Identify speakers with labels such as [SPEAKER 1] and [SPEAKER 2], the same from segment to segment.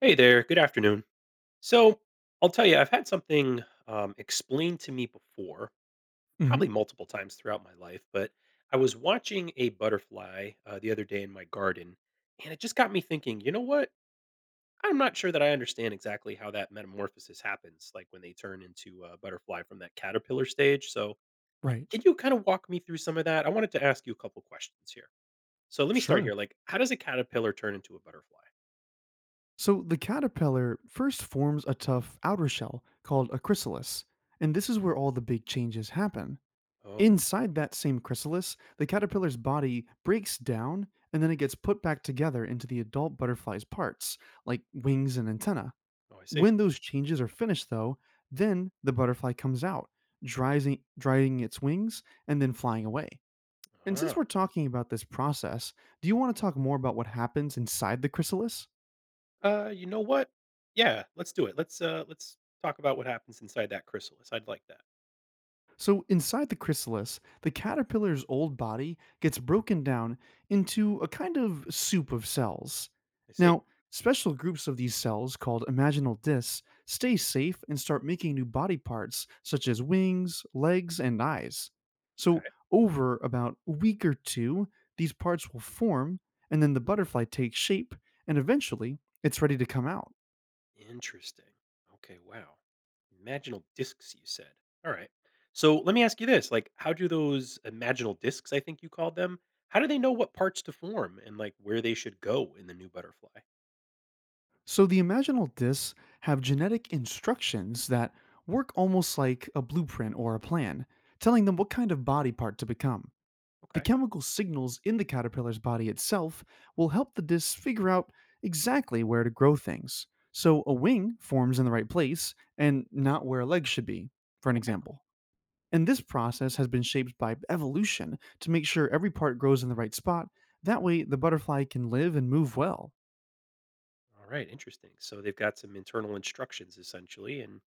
[SPEAKER 1] Hey there, good afternoon. So, I'll tell you, I've had something explained to me before,
[SPEAKER 2] Mhm.
[SPEAKER 1] probably multiple times throughout my life, but I was watching a butterfly the other day in my garden, and it just got me thinking, you know what? I'm not sure that I understand exactly how that metamorphosis happens, like when they turn into a butterfly from that caterpillar stage. So,
[SPEAKER 2] Right.
[SPEAKER 1] can you kind of walk me through some of that? I wanted to ask you a couple questions here. So, let me start here.
[SPEAKER 2] Sure.
[SPEAKER 1] Like, how does a caterpillar turn into a butterfly?
[SPEAKER 2] So the caterpillar first forms a tough outer shell called a chrysalis, and this is where all the big changes happen.
[SPEAKER 1] Oh,
[SPEAKER 2] Inside that same chrysalis, the caterpillar's body breaks down and then it gets put back together into the adult butterfly's parts, like wings and antenna.
[SPEAKER 1] oh, I see.
[SPEAKER 2] When those changes are finished, though, then the butterfly comes out, drying its wings and then flying away. And since
[SPEAKER 1] Ah.
[SPEAKER 2] we're talking about this process, do you want to talk more about what happens inside the chrysalis?
[SPEAKER 1] You know what? Yeah, let's do it. Let's talk about what happens inside that chrysalis. I'd like that.
[SPEAKER 2] So, inside the chrysalis, the caterpillar's old body gets broken down into a kind of soup of cells.
[SPEAKER 1] I see.
[SPEAKER 2] Now, special groups of these cells, called imaginal discs, stay safe and start making new body parts, such as wings, legs, and eyes.
[SPEAKER 1] Okay.
[SPEAKER 2] So, over about a week or two, these parts will form, and then the butterfly takes shape, and eventually, it's ready to come out.
[SPEAKER 1] Interesting. Okay, wow. Imaginal discs you said. All right. So, let me ask you this, like how do those imaginal discs, I think you called them, how do they know what parts to form and like where they should go in the new butterfly?
[SPEAKER 2] So the imaginal discs have genetic instructions that work almost like a blueprint or a plan, telling them what kind of body part to become. The
[SPEAKER 1] Okay.
[SPEAKER 2] chemical signals in the caterpillar's body itself will help the discs figure out exactly where to grow things. So a wing forms in the right place and not where a leg should be, for an
[SPEAKER 1] Okay, cool.
[SPEAKER 2] example. And this process has been shaped by evolution to make sure every part grows in the right spot. That way, the butterfly can live and move well.
[SPEAKER 1] All right, interesting. So they've got some internal instructions essentially, and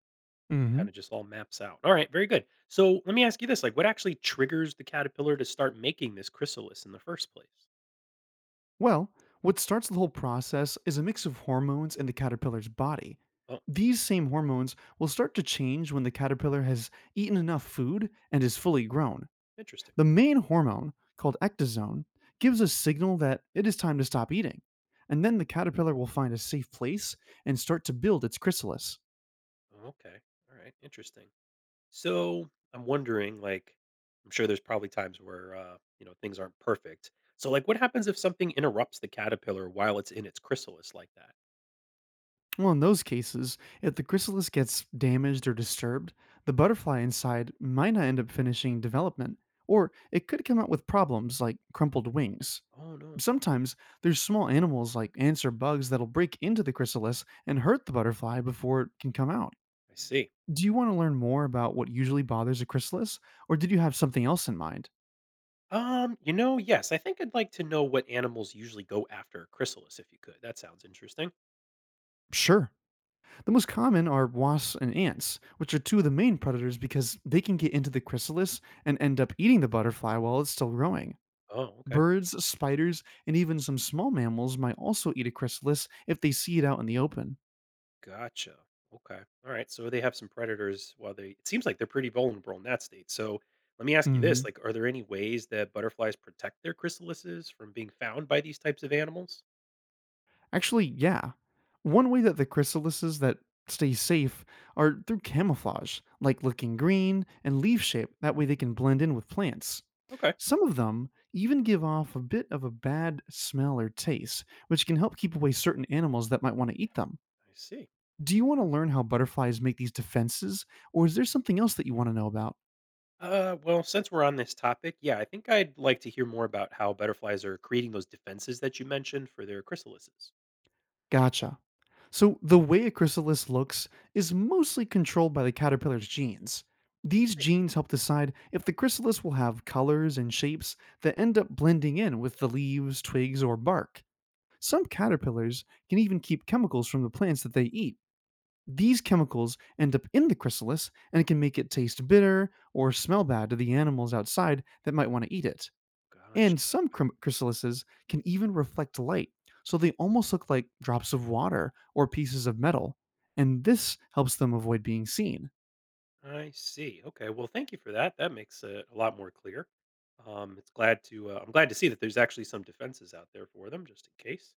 [SPEAKER 1] it
[SPEAKER 2] Hmm.
[SPEAKER 1] kind of just all maps out. All right, very good. So let me ask you this: like, what actually triggers the caterpillar to start making this chrysalis in the first place?
[SPEAKER 2] Well, what starts the whole process is a mix of hormones in the caterpillar's body.
[SPEAKER 1] Oh,
[SPEAKER 2] These same hormones will start to change when the caterpillar has eaten enough food and is fully grown.
[SPEAKER 1] interesting.
[SPEAKER 2] The main hormone, called ecdysone, gives a signal that it is time to stop eating. And then the caterpillar will find a safe place and start to build its chrysalis.
[SPEAKER 1] Oh, okay, all right, interesting. So I'm wondering, like, I'm sure there's probably times where you know, things aren't perfect. So like, what happens if something interrupts the caterpillar while it's in its chrysalis like that?
[SPEAKER 2] Well, in those cases, if the chrysalis gets damaged or disturbed, the butterfly inside might not end up finishing development, or it could come out with problems like crumpled wings.
[SPEAKER 1] Oh no,
[SPEAKER 2] Sometimes there's small animals like ants or bugs that'll break into the chrysalis and hurt the butterfly before it can come out.
[SPEAKER 1] I see.
[SPEAKER 2] Do you want to learn more about what usually bothers a chrysalis, or did you have something else in mind?
[SPEAKER 1] You know, yes, I think I'd like to know what animals usually go after a chrysalis if you could. That sounds interesting.
[SPEAKER 2] Sure. The most common are wasps and ants, which are two of the main predators because they can get into the chrysalis and end up eating the butterfly while it's still growing.
[SPEAKER 1] Oh, okay.
[SPEAKER 2] Birds, spiders, and even some small mammals might also eat a chrysalis if they see it out in the open.
[SPEAKER 1] Gotcha. Okay. All right. So they have some predators while they, it seems like they're pretty vulnerable in that state. So let me ask you
[SPEAKER 2] Hmm.
[SPEAKER 1] this, like, are there any ways that butterflies protect their chrysalises from being found by these types of animals?
[SPEAKER 2] Actually, yeah. One way that the chrysalises that stay safe are through camouflage, like looking green and leaf shape. That way they can blend in with plants.
[SPEAKER 1] Okay. I
[SPEAKER 2] Some of them even give off a bit of a bad smell or taste, which can help keep away certain animals that might want to eat them.
[SPEAKER 1] see.
[SPEAKER 2] Do you want to
[SPEAKER 1] Hmm.
[SPEAKER 2] learn how butterflies make these defenses, or is there something else that you want to know about?
[SPEAKER 1] Well, since we're on this topic, yeah, I think I'd like to hear more about how butterflies are creating those defenses that you mentioned for their chrysalises.
[SPEAKER 2] Gotcha. So, the way a chrysalis looks is mostly controlled by the caterpillar's genes. These
[SPEAKER 1] Hey.
[SPEAKER 2] genes help decide if the chrysalis will have colors and shapes that end up blending in with the leaves, twigs, or bark. Some caterpillars can even keep chemicals from the plants that they eat. These chemicals end up in the chrysalis and it can make it taste bitter or smell bad to the animals outside that might want to eat it.
[SPEAKER 1] Gotcha.
[SPEAKER 2] And some chrysalises can even reflect light, so they almost look like drops of water or pieces of metal. And this helps them avoid being seen.
[SPEAKER 1] I see. Okay. Well, thank you for that. That makes it a lot more clear. It's glad to. I'm glad to see that there's actually some defenses out there for them, just in case.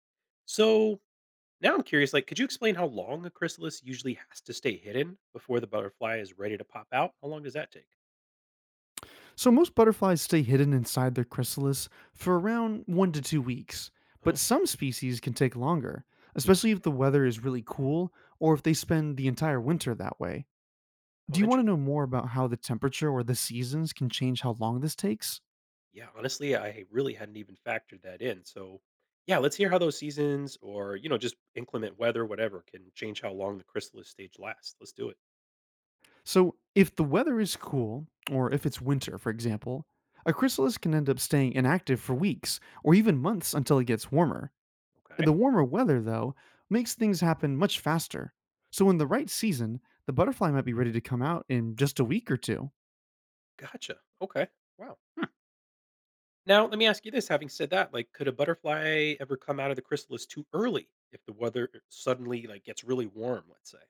[SPEAKER 1] So now I'm curious. Like, could you explain how long a chrysalis usually has to stay hidden before the butterfly is ready to pop out? How long does that take?
[SPEAKER 2] So, most butterflies stay hidden inside their chrysalis for around 1 to 2 weeks,
[SPEAKER 1] Oh,
[SPEAKER 2] but some species can take longer, especially if the weather is really cool or if they spend the entire winter that way. Do
[SPEAKER 1] oh,
[SPEAKER 2] you want to know
[SPEAKER 1] interesting.
[SPEAKER 2] more about how the temperature or the seasons can change how long this takes?
[SPEAKER 1] Yeah, honestly, I really hadn't even factored that in. So, yeah, let's hear how those seasons, or you know, just inclement weather, whatever, can change how long the chrysalis stage lasts. Let's do it.
[SPEAKER 2] So, if the weather is cool, or if it's winter, for example, a chrysalis can end up staying inactive for weeks or even months until it gets warmer.
[SPEAKER 1] Okay.
[SPEAKER 2] The warmer weather, though, makes things happen much faster. So, in the right season, the butterfly might be ready to come out in just a week or two.
[SPEAKER 1] Gotcha. Okay. Wow. Now, let me ask you this. Having said that, like, could a butterfly ever come out of the chrysalis too early if the weather suddenly like gets really warm, let's say?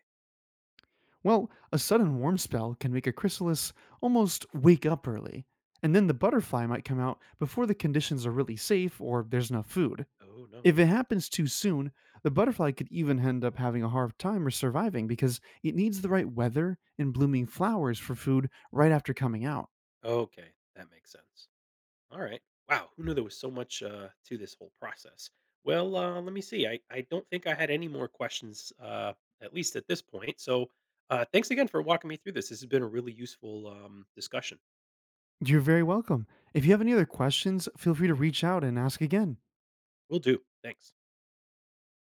[SPEAKER 2] Well, a sudden warm spell can make a chrysalis almost wake up early, and then the butterfly might come out before the conditions are really safe or there's enough food.
[SPEAKER 1] Oh no.
[SPEAKER 2] If it
[SPEAKER 1] I see.
[SPEAKER 2] happens too soon, the butterfly could even end up having a hard time or surviving because it needs the right weather and blooming flowers for food right after coming out.
[SPEAKER 1] Okay, that makes sense. All right. Wow, who knew there was so much to this whole process? Well, let me see. I don't think I had any more questions, at least at this point. So, thanks again for walking me through this. This has been a really useful discussion.
[SPEAKER 2] You're very welcome. If you have any other questions, feel free to reach out and ask again.
[SPEAKER 1] Will do. Thanks.